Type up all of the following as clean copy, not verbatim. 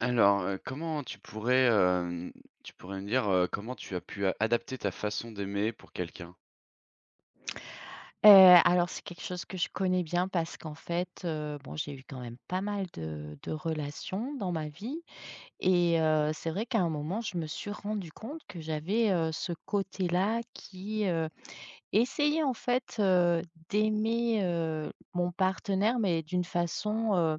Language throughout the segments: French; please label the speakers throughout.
Speaker 1: Alors, comment tu pourrais, tu pourrais me dire, comment tu as pu a adapter ta façon d'aimer pour quelqu'un?
Speaker 2: Heu, alors c'est quelque chose que je connais bien parce qu'en fait, bon, j'ai eu quand même pas mal de relations dans ma vie et c'est vrai qu'à un moment, je me suis rendue compte que j'avais, ce côté-là qui, essayait en fait, d'aimer, mon partenaire, mais d'une façon,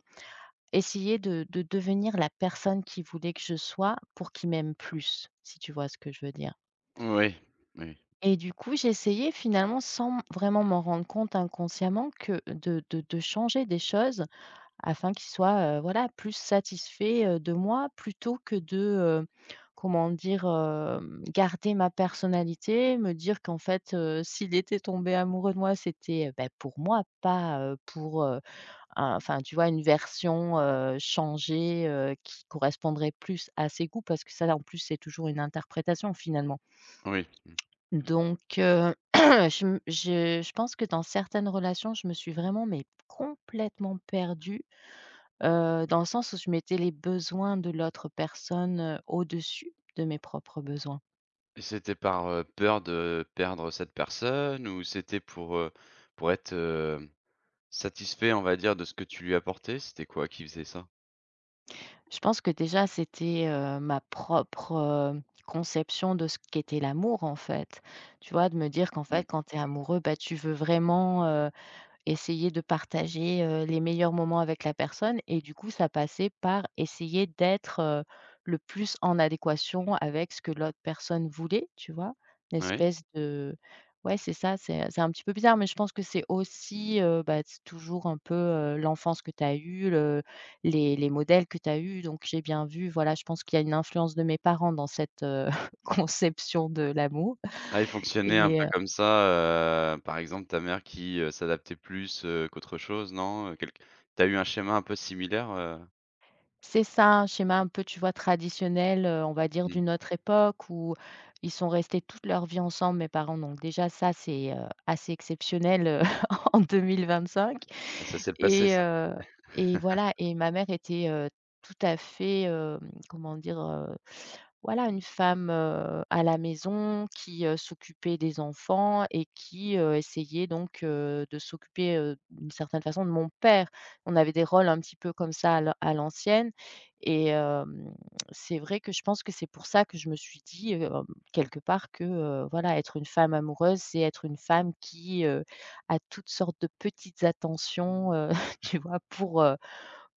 Speaker 2: essayer de devenir la personne qu'il voulait que je sois pour qu'il m'aime plus, si tu vois ce que je veux dire?
Speaker 1: Oui, oui,
Speaker 2: Et du coup, j'essayais finalement sans m vraiment m'en rendre compte inconsciemment que de changer des choses afin qu'il soit, voilà, plus satisfait, de moi plutôt que de, comment dire? Garder ma personnalité, me dire qu'en fait, s'il était tombé amoureux de moi, c'était, bah, pour moi, pas, pour, un enfin, tu vois? Une version, changée, qui correspondrait plus à ses goûts parce que ça, en plus, c'est toujours une interprétation finalement.
Speaker 1: oui, mmh.
Speaker 2: Donc je me je pense que dans certaines relations, je me suis vraiment mais complètement perdue, dans le sens où je mettais les besoins de l'autre personne, au-dessus de mes propres besoins.
Speaker 1: Et c'était par, peur de perdre cette personne ou c'était pour être, satisfait, on va dire, de ce que tu lui apportais? C'était quoi qui faisait ça?
Speaker 2: Je pense que déjà c'était, ma propre, conception de ce qu'était l'amour en fait. Tu vois? De me dire qu'en fait
Speaker 1: Mmh,
Speaker 2: quand tu es amoureux, bah, tu veux vraiment, essayer de partager, les meilleurs moments avec la personne et du coup, ça passait par essayer d'être, le plus en adéquation avec ce que l'autre personne voulait, tu vois? Une
Speaker 1: oui.
Speaker 2: espèce de ouais, c'est ça, c'est un petit peu bizarre, mais je pense que c'est aussi, bah, c'est toujours un peu, l'enfance que tu as eue, le les modèles que tu as eus, donc j'ai bien vu, voilà, je pense qu'il y a une influence de mes parents dans cette, conception de l'amour
Speaker 1: Ah, il fonctionnait un
Speaker 2: et
Speaker 1: peu comme ça, par exemple ta mère qui, s'adaptait plus, qu'autre chose, non? Quelqu tu eu un schéma un peu similaire,
Speaker 2: c'est ça, un schéma un peu, tu vois, traditionnel, on va dire
Speaker 1: Mmh,
Speaker 2: d'une autre époque où ils sont restés toute leur vie ensemble, mes parents, donc déjà ça, c'est, assez exceptionnel, en 2025
Speaker 1: ça s'est passé
Speaker 2: et
Speaker 1: ça.
Speaker 2: heu et voilà et ma mère était, tout à fait, comment dire? Voilà, une femme, à la maison qui, s'occupait des enfants et qui, essayait donc, de s'occuper, d'une certaine façon de mon père. On avait des rôles un petit peu comme ça à l'ancienne et c'est vrai que je pense que c'est pour ça que je me suis dit, quelque part que, voilà, être une femme amoureuse, c'est être une femme qui, a toutes sortes de petites attentions, tu vois?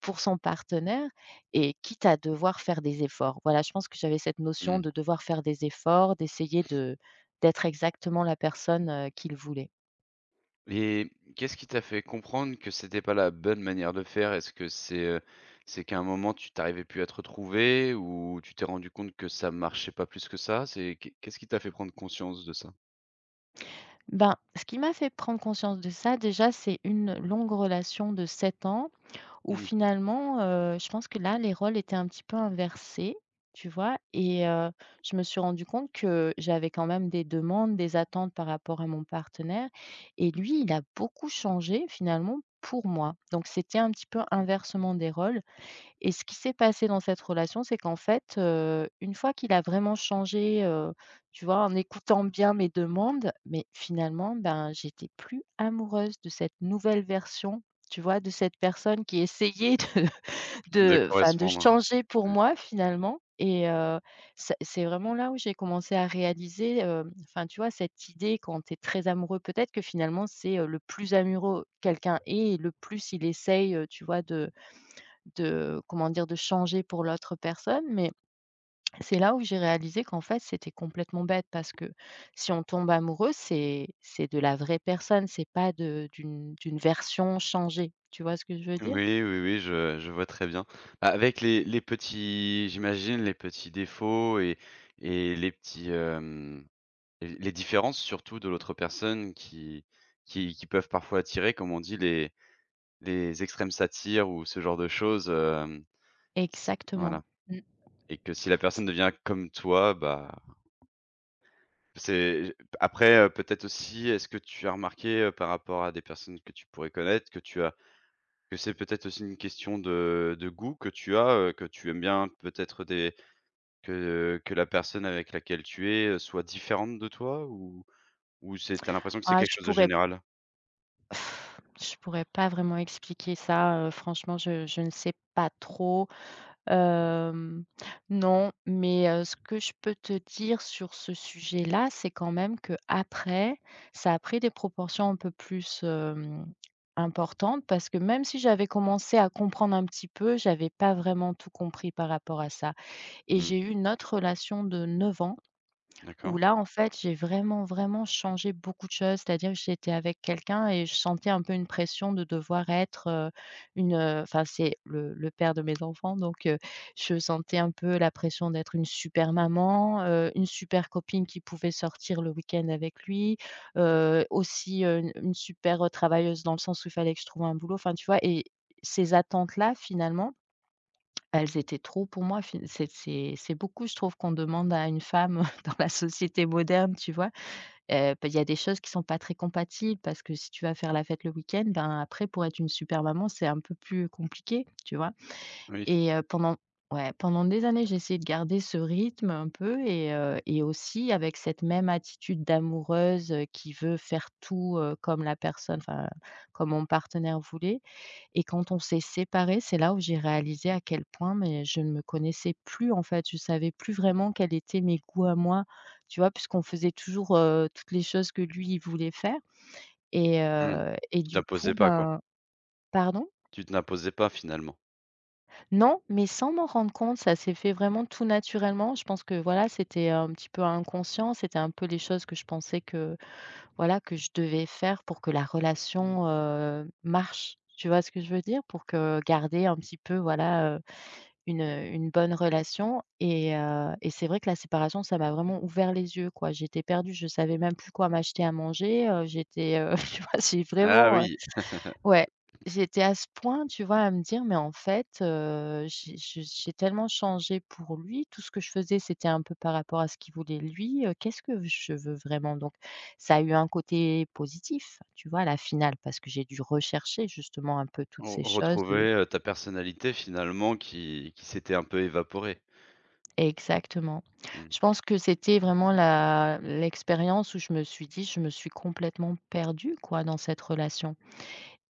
Speaker 2: Pour son partenaire et quitte à devoir faire des efforts. Voilà, je pense que j'avais cette notion de
Speaker 1: Mmh.
Speaker 2: devoir faire des efforts, d'essayer de d'être exactement la personne, qu'il voulait.
Speaker 1: Et qu'est-ce qui t'a fait comprendre que c'était pas la bonne manière de faire? Est-ce que c'est qu'à un moment tu t'arrivais plus à te retrouver ou tu t'es rendu compte que ça marchait pas plus que ça? C'est qu'est Qu'est-ce qui t'a fait prendre conscience de ça?
Speaker 2: Ben, ce qui m'a fait prendre conscience de ça déjà, c'est une longue relation de 7 ans où
Speaker 1: Mmh,
Speaker 2: finalement, je pense que là, les rôles étaient un petit peu inversés, tu vois? Et je me suis rendu compte que j'avais quand même des demandes, des attentes par rapport à mon partenaire et lui, il a beaucoup changé finalement pour moi. Donc c'était un petit peu inversement des rôles et ce qui s'est passé dans cette relation, c'est qu'en fait, une fois qu'il a vraiment changé, tu vois, en écoutant bien mes demandes, mais finalement, ben, j'étais plus amoureuse de cette nouvelle version, tu vois, de cette personne qui essayait de
Speaker 1: de
Speaker 2: de enfin, de
Speaker 1: correspondre.
Speaker 2: changer pour
Speaker 1: Ouais.
Speaker 2: moi finalement et c'est vraiment là où j'ai commencé à réaliser, enfin, tu vois, cette idée quand tu es très amoureux, peut-être que finalement c'est, le plus amoureux quelqu'un est et le plus il essaye, tu vois, de comment dire? De changer pour l'autre personne, mais c'est là où j'ai réalisé qu'en fait, c'était complètement bête parce que si on tombe amoureux, c'est de la vraie personne, c'est pas de d'une version changée. Tu vois ce que je veux dire?
Speaker 1: Oui, oui, oui, je vois très bien. Bah, avec les petits, j'imagine les petits défauts et les petits, les différences surtout de l'autre personne qui qui peuvent parfois attirer, comme on dit, les extrêmes satires ou ce genre de choses, c
Speaker 2: Exactement.
Speaker 1: voilà.
Speaker 2: Mmh.
Speaker 1: Et que si la personne devient comme toi, bah, c'est après, peut-être aussi, est-ce que tu as remarqué, par rapport à des personnes que tu pourrais connaître, que tu as que c'est peut-être aussi une question de goût que tu as, que tu aimes bien peut-être des que la personne avec laquelle tu es, soit différente de toi ou c'est tu as l'impression que c'est
Speaker 2: Ah,
Speaker 1: quelque
Speaker 2: je
Speaker 1: chose de
Speaker 2: pourrais
Speaker 1: général?
Speaker 2: je pourrais pas vraiment expliquer ça, franchement, je ne sais pas trop. Hem, non, mais ce que je peux te dire sur ce sujet-là, c'est quand même que après, ça a pris des proportions un peu plus, importantes parce que même si j'avais commencé à comprendre un petit peu, j'avais pas vraiment tout compris par rapport à ça et
Speaker 1: Mmh,
Speaker 2: j'ai eu une autre relation de 9 ans où
Speaker 1: d'accord.
Speaker 2: là, en fait, j'ai vraiment, vraiment changé beaucoup de choses. C'est-à-dire que j'étais avec quelqu'un et je sentais un peu une pression de devoir être, une, enfin, c'est le père de mes enfants, donc je sentais un peu la pression d'être une super maman, une super copine qui pouvait sortir le week-end avec lui, aussi, une super, travailleuse dans le sens où il fallait que je trouve un boulot. Enfin, tu vois? Et ces attentes-là, finalement elles étaient trop pour moi fin c'est beaucoup je trouve qu'on demande à une femme dans la société moderne, tu vois? Bah, il y a des choses qui sont pas très compatibles parce que si tu vas faire la fête le week-end, ben, après pour être une super maman, c'est un peu plus compliqué, tu vois?
Speaker 1: Oui,
Speaker 2: Et pendant ouais, pendant des années, j'ai essayé de garder ce rythme un peu et aussi avec cette même attitude d'amoureuse, qui veut faire tout, comme la personne enfin, comme mon partenaire voulait. Et quand on s'est séparés, c'est là où j'ai réalisé à quel point, mais je ne me connaissais plus, en fait. Je savais plus vraiment quels étaient mes goûts à moi, tu vois? Puisqu'on faisait toujours, toutes les choses que lui, il voulait faire
Speaker 1: mmh,
Speaker 2: et
Speaker 1: tu
Speaker 2: du coup,
Speaker 1: t'imposais pas quoi.
Speaker 2: ben pardon?
Speaker 1: Tu t'imposais pas finalement.
Speaker 2: Non, mais sans m'en rendre compte, ça s'est fait vraiment tout naturellement. Je pense que, voilà, c'était un petit peu inconscient, c'était un peu les choses que je pensais que, voilà, que je devais faire pour que la relation, marche. Tu vois ce que je veux dire? Pour que garder un petit peu, voilà, Une, une bonne relation et c'est vrai que la séparation, ça m'a vraiment ouvert les yeux, quoi. J'étais perdue, je savais même plus quoi m'acheter à manger, j'étais, tu vois? J'ai
Speaker 1: Ah
Speaker 2: vraiment,
Speaker 1: oui!
Speaker 2: ouais, j'étais à ce point, tu vois, à me dire: «Mais en fait, j'ai je j'ai tellement changé pour lui, tout ce que je faisais, c'était un peu par rapport à ce qu'il voulait lui, qu'est-ce que je veux vraiment?» Donc ça a eu un côté positif, tu vois, à la finale, parce que j'ai dû rechercher justement un peu toutes
Speaker 1: Re
Speaker 2: ces choses de
Speaker 1: retrouver, ta personnalité finalement qui s'était un peu évaporée.
Speaker 2: exactement.
Speaker 1: Mmh.
Speaker 2: Je pense que c'était vraiment la l'expérience où je me suis dit: «Je me suis complètement perdue, quoi, dans cette relation»,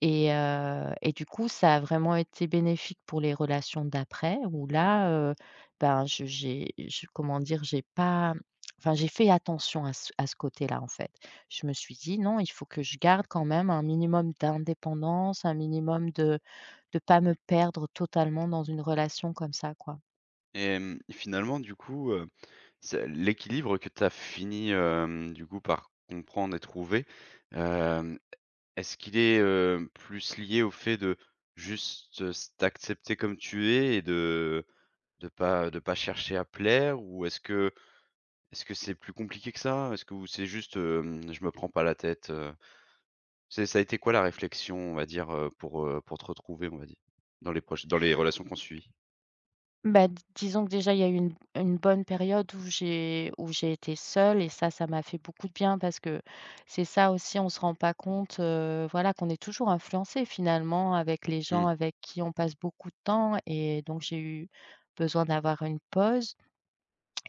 Speaker 2: et du coup, ça a vraiment été bénéfique pour les relations d'après où là, ben, je j'ai je comment dire? J'ai pas enfin, j'ai fait attention à ce côté-là, en fait. Je me suis dit: «Non, il faut que je garde quand même un minimum d'indépendance, un minimum de pas me perdre totalement dans une relation comme ça, quoi».
Speaker 1: Et finalement du coup, c'est l'équilibre que tu as fini, du coup, par comprendre et trouver, hem, est-ce qu'il est, plus lié au fait de juste, s t'accepter comme tu es et de pas de pas chercher à plaire? Ou est-ce que c'est plus compliqué que ça? Est-ce que ou c'est juste, hem: «Je me prends pas la tête». C'est ça a été quoi la réflexion, on va dire, pour te retrouver, on va dire? Dans les proches, dans les relations qu'on suit.
Speaker 2: Bah, d disons que déjà il y a eu une bonne période où j'ai été seule et ça m'a fait beaucoup de bien parce que c'est ça aussi, on se rend pas compte, voilà, qu'on est toujours influencé finalement avec les gens
Speaker 1: Mmh.
Speaker 2: avec qui on passe beaucoup de temps et donc j'ai eu besoin d'avoir une pause.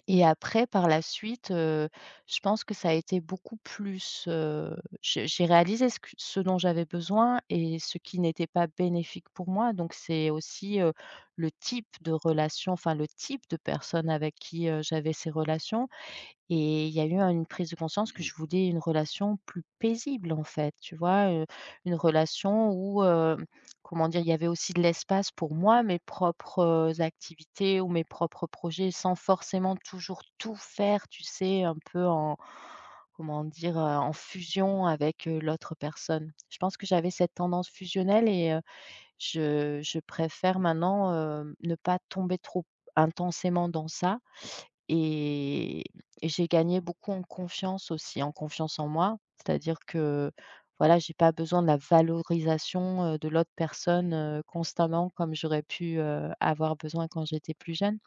Speaker 2: Et après, par la suite, je pense que ça a été beaucoup plus, j'ai réalisé ce que ce dont j'avais besoin et ce qui n'était pas bénéfique pour moi. Donc c'est aussi, le type de relation, enfin le type de personne avec qui, j'avais ces relations. Et il y a eu une prise de conscience que
Speaker 1: Mmh.
Speaker 2: je voulais une relation plus paisible, en fait, tu vois? Une relation où, comment dire? Il y avait aussi de l'espace pour moi, mes propres, activités ou mes propres projets sans forcément toujours tout faire, tu sais? Un peu en comment dire? En fusion avec, l'autre personne. Je pense que j'avais cette tendance fusionnelle et je préfère maintenant, ne pas tomber trop intensément dans ça et et j'ai gagné beaucoup en confiance aussi, en confiance en moi. C'est-à-dire que, voilà, j'ai pas besoin de la valorisation, de l'autre personne, constamment comme j'aurais pu, avoir besoin quand j'étais plus jeune.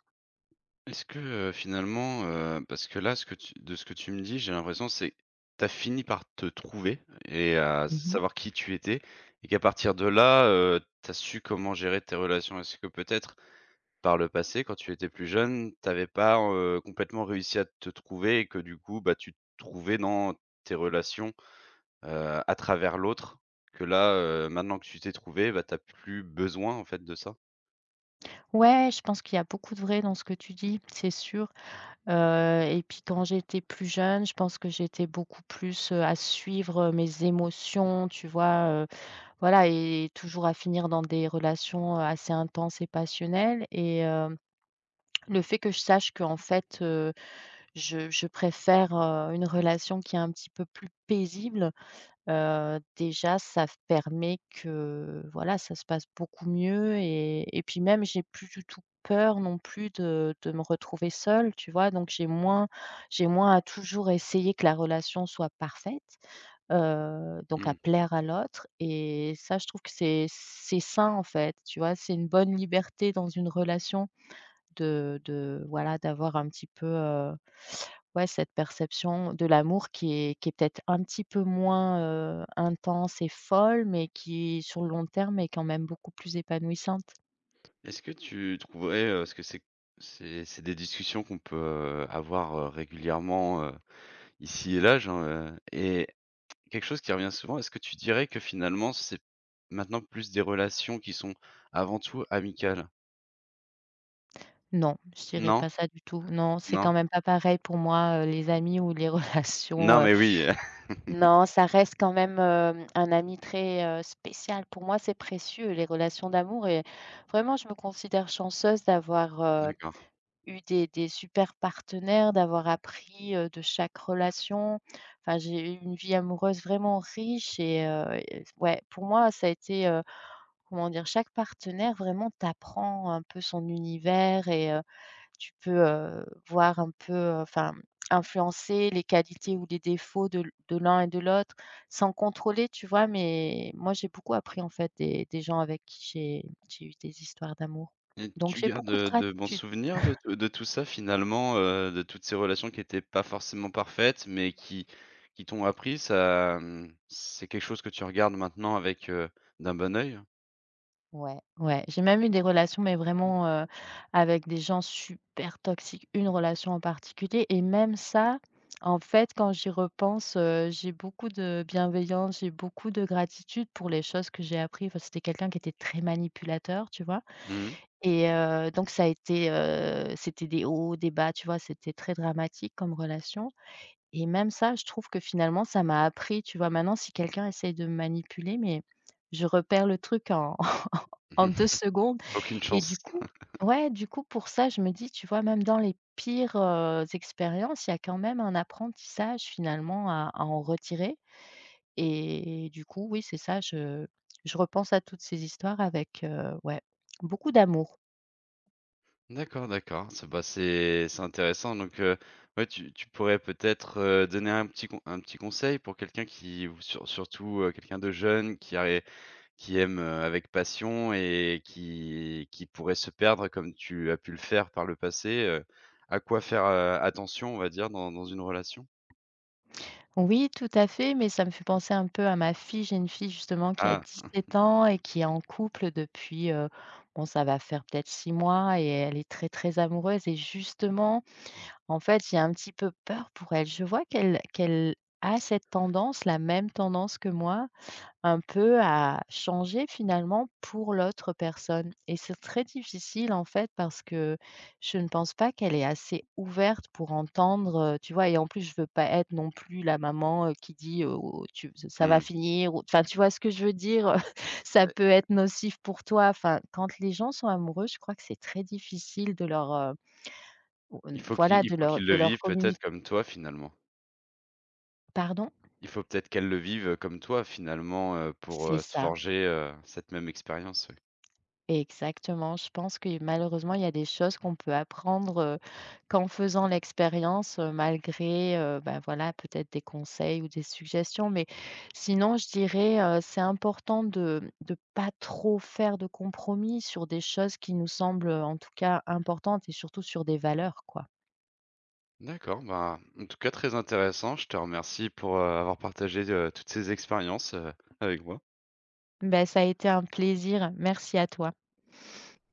Speaker 1: Est-ce que, finalement, parce que là, ce que tu de ce que tu me dis, j'ai l'impression, c'est que tu as fini par te trouver et à
Speaker 2: Mmh.
Speaker 1: savoir qui tu étais, et qu'à partir de là, tu as su comment gérer tes relations. Est-ce que peut-être, par le passé, quand tu étais plus jeune, tu avais pas, complètement réussi à te trouver et que du coup, bah, tu te trouvais dans tes relations? À travers l'autre, que là, maintenant que tu t'es trouvé, bah, tu as plus besoin en fait de ça.
Speaker 2: Ouais, je pense qu'il y a beaucoup de vrai dans ce que tu dis, c'est sûr, et puis quand j'étais plus jeune, je pense que j'étais beaucoup plus, à suivre, mes émotions, tu vois? Voilà, et toujours à finir dans des relations, assez intenses et passionnelles. Et hem Le fait que je sache que en fait, je préfère, une relation qui est un petit peu plus paisible, déjà ça f permet que, voilà, ça se passe beaucoup mieux, et puis même j'ai plus du tout peur non plus de me retrouver seule, tu vois? Donc j'ai moins, j'ai moins à toujours essayer que la relation soit parfaite, donc à
Speaker 1: Mmh.
Speaker 2: plaire à l'autre, et ça je trouve que c'est sain en fait, tu vois? C'est une bonne liberté dans une relation de voilà, d'avoir un petit peu, ouais, cette perception de l'amour qui est peut-être un petit peu moins, intense et folle, mais qui, sur le long terme, est quand même beaucoup plus épanouissante.
Speaker 1: Est-ce que tu trouverais, parce que c'est c'est des discussions qu'on peut, avoir, régulièrement, ici et là, genre, et quelque chose qui revient souvent, est-ce que tu dirais que finalement c'est maintenant plus des relations qui sont avant tout amicales?
Speaker 2: Non, je dirais
Speaker 1: Non?
Speaker 2: pas ça du tout. Non, c'est quand
Speaker 1: Non?
Speaker 2: même pas pareil pour moi, les amis ou les relations,
Speaker 1: Non mais oui,
Speaker 2: non, ça reste quand même, un ami très, spécial. Pour moi, c'est précieux les relations d'amour, et vraiment je me considère chanceuse d'avoir,
Speaker 1: d'accord.
Speaker 2: eu des super partenaires, d'avoir appris, de chaque relation. Enfin, j'ai eu une vie amoureuse vraiment riche, et ouais, pour moi, ça a été, comment dire? Chaque partenaire, vraiment, t'apprend un peu son univers, tu peux, voir un peu, enfin, influencer les qualités ou les défauts de l'un et de l'autre sans contrôler, tu vois? Mais moi, j'ai beaucoup appris, en fait, des gens avec qui j'ai eu des histoires d'amour.
Speaker 1: Et
Speaker 2: Donc
Speaker 1: tu
Speaker 2: j'ai
Speaker 1: gardes,
Speaker 2: beaucoup de
Speaker 1: de bons
Speaker 2: gratitude.
Speaker 1: souvenirs de t de tout ça finalement, de toutes ces relations qui étaient pas forcément parfaites, mais qui t'ont appris, ça, mmh, c'est quelque chose que tu regardes maintenant avec, d'un bon œil?
Speaker 2: Ouais, ouais. J'ai même eu des relations, mais vraiment, avec des gens super toxiques, une relation en particulier, et même ça, en fait, quand j'y repense, j'ai beaucoup de bienveillance, j'ai beaucoup de gratitude pour les choses que j'ai appris. Enfin, c'était quelqu'un qui était très manipulateur, tu vois?
Speaker 1: Mmh.
Speaker 2: Donc ça a été, c'était des hauts, des bas, tu vois? C'était très dramatique comme relation, et même ça, je trouve que finalement, ça m'a appris, tu vois? Maintenant, si quelqu'un essaye de me manipuler, mais je repère le truc en en 2 secondes.
Speaker 1: Aucune
Speaker 2: Et du
Speaker 1: chance.
Speaker 2: coup, ouais, du coup, pour ça, je me dis, tu vois, même dans les pires, expériences, il y a quand même un apprentissage finalement à en retirer, et du coup, oui, c'est ça, je repense à toutes ces histoires avec, ouais, beaucoup d'amour.
Speaker 1: D'accord, d'accord. C'est, bah, c'est intéressant, donc ouais, tu pourrais peut-être, donner un petit con un petit conseil pour quelqu'un qui ou surtout, quelqu'un de jeune qui aiment, avec passion et qui pourraient se perdre comme tu as pu le faire par le passé, à quoi faire, attention, on va dire, dans une relation?
Speaker 2: Oui, tout à fait, mais ça me fait penser un peu à ma fille. J'ai une fille justement qui a
Speaker 1: Ah,
Speaker 2: dix sept ans et qui est en couple depuis, bon, ça va faire peut-être 6 mois, et elle est très, très amoureuse, et justement en fait, j'ai un petit peu peur pour elle. Je vois qu'elle a cette tendance, la même tendance que moi, un peu à changer finalement pour l'autre personne. Et c'est très difficile en fait parce que je ne pense pas qu'elle est assez ouverte pour entendre, tu vois? Et en plus, je veux pas être non plus la maman, qui dit: «Oh, tu ça va
Speaker 1: mmh,
Speaker 2: finir», ou enfin, tu vois ce que je veux dire? Ça
Speaker 1: ouais.
Speaker 2: peut être nocif pour toi. Enfin, quand les gens sont amoureux, je crois que c'est très difficile de leur,
Speaker 1: Il faut
Speaker 2: voilà,
Speaker 1: qu'il il faut qu'ils le
Speaker 2: de leur
Speaker 1: vivent peut-être
Speaker 2: communiquer.
Speaker 1: comme toi, finalement.
Speaker 2: Pardon?
Speaker 1: Il faut peut-être qu'elle le vive comme toi, finalement, pour,
Speaker 2: C'est
Speaker 1: se
Speaker 2: ça,
Speaker 1: forger, cette même expérience, oui.
Speaker 2: exactement. Je pense que malheureusement, il y a des choses qu'on peut apprendre, qu'en faisant l'expérience, malgré, bah, voilà, peut-être des conseils ou des suggestions. Mais sinon, je dirais, c'est important de pas trop faire de compromis sur des choses qui nous semblent, en tout cas importantes, et surtout sur des valeurs, quoi.
Speaker 1: D'accord, bah, en tout cas très intéressant. Je te remercie pour, avoir partagé, toutes ces expériences, avec moi.
Speaker 2: Ben ça a été un plaisir. Merci à toi.